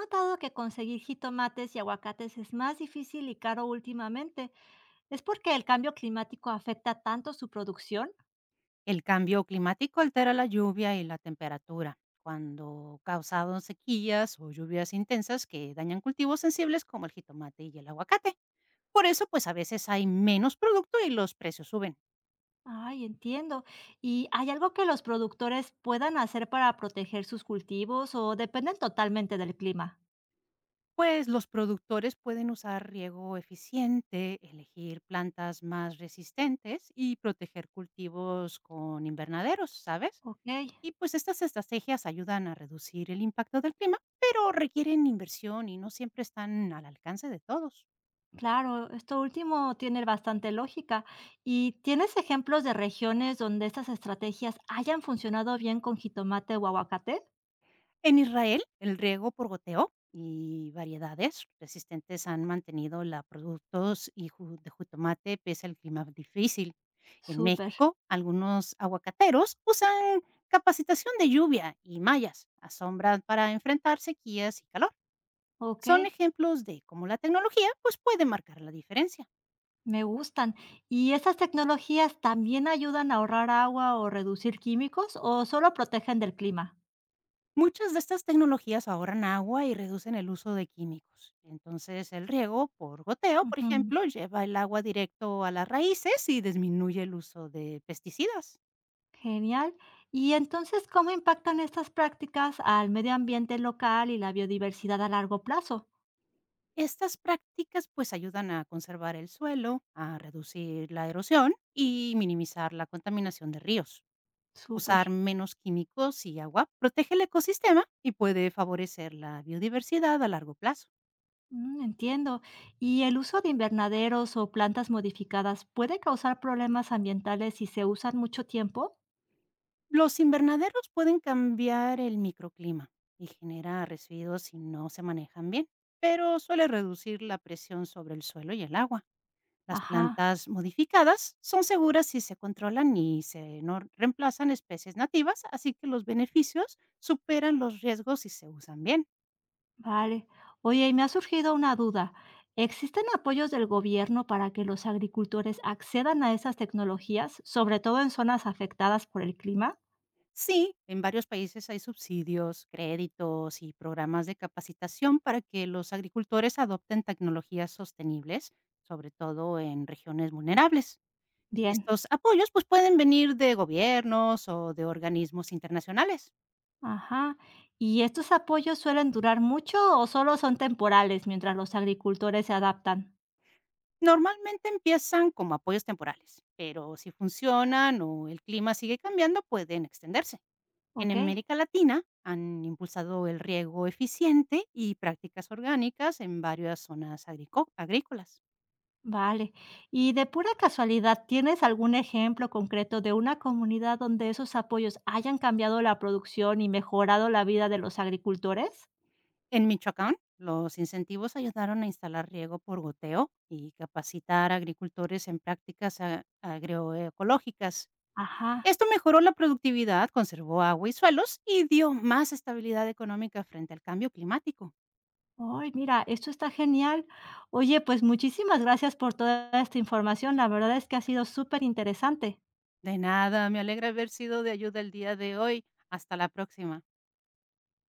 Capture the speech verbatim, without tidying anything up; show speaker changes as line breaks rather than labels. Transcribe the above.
Notado que conseguir jitomates y aguacates es más difícil y caro últimamente. ¿Es porque el cambio climático afecta tanto su producción?
El cambio climático altera la lluvia y la temperatura, cuando causado sequías o lluvias intensas que dañan cultivos sensibles como el jitomate y el aguacate. Por eso, pues a veces hay menos producto y los precios suben.
Ay, entiendo. ¿Y hay algo que los productores puedan hacer para proteger sus cultivos o dependen totalmente del clima?
Pues los productores pueden usar riego eficiente, elegir plantas más resistentes y proteger cultivos con invernaderos, ¿sabes?
Ok,
Y pues estas estrategias ayudan a reducir el impacto del clima, pero requieren inversión y no siempre están al alcance de todos.
claro, esto último tiene bastante lógica. ¿Y tienes ejemplos de regiones donde estas estrategias hayan funcionado bien con jitomate o aguacate?
En Israel, el riego por goteo y variedades resistentes han mantenido la productos y ju- de jitomate pese al clima difícil. En
Súper,
México, algunos aguacateros usan capacitación de lluvia y mallas a sombra para enfrentar sequías y calor.
ok.
Son ejemplos de cómo la tecnología pues, puede marcar la diferencia.
Me gustan. ¿Y esas tecnologías también ayudan a ahorrar agua o reducir químicos o solo protegen del clima?
Muchas de estas tecnologías ahorran agua y reducen el uso de químicos. Entonces, el riego por goteo, por
Ujú,
ejemplo, lleva el agua directo a las raíces y disminuye el uso de pesticidas.
genial. ¿Y entonces cómo impactan estas prácticas al medio ambiente local y la biodiversidad a largo plazo?
Estas prácticas pues ayudan a conservar el suelo, a reducir la erosión y minimizar la contaminación de ríos.
Súper.
Usar menos químicos y agua protege el ecosistema y puede favorecer la biodiversidad a largo plazo.
Mm, entiendo. ¿Y el uso de invernaderos o plantas modificadas puede causar problemas ambientales si se usan mucho tiempo?
Los invernaderos pueden cambiar el microclima y genera residuos si no se manejan bien, pero suele reducir la presión sobre el suelo y el agua. Las
Ajá.
plantas modificadas son seguras si se controlan y se no reemplazan especies nativas, así que los beneficios superan los riesgos si se usan bien.
Vale. Oye, y me ha surgido una duda. ¿Existen apoyos del gobierno para que los agricultores accedan a esas tecnologías, sobre todo en zonas afectadas por el clima?
Sí, en varios países hay subsidios, créditos y programas de capacitación para que los agricultores adopten tecnologías sostenibles, sobre todo en regiones vulnerables.
Bien.
Estos apoyos, pues, pueden venir de gobiernos o de organismos internacionales.
Ajá. ¿Y estos apoyos suelen durar mucho o solo son temporales mientras los agricultores se adaptan?
Normalmente empiezan como apoyos temporales, pero si funcionan o el clima sigue cambiando, pueden extenderse. En
Ok.
América Latina han impulsado el riego eficiente y prácticas orgánicas en varias zonas agrico- agrícolas.
Vale. Y de pura casualidad, ¿tienes algún ejemplo concreto de una comunidad donde esos apoyos hayan cambiado la producción y mejorado la vida de los agricultores?
En Michoacán, los incentivos ayudaron a instalar riego por goteo y capacitar a agricultores en prácticas a- agroecológicas.
Ajá.
Esto mejoró la productividad, conservó agua y suelos y dio más estabilidad económica frente al cambio climático.
Ay, mira, esto está genial. Oye, pues muchísimas gracias por toda esta información. La verdad es que ha sido súper interesante.
De nada, me alegra haber sido de ayuda el día de hoy. Hasta la próxima.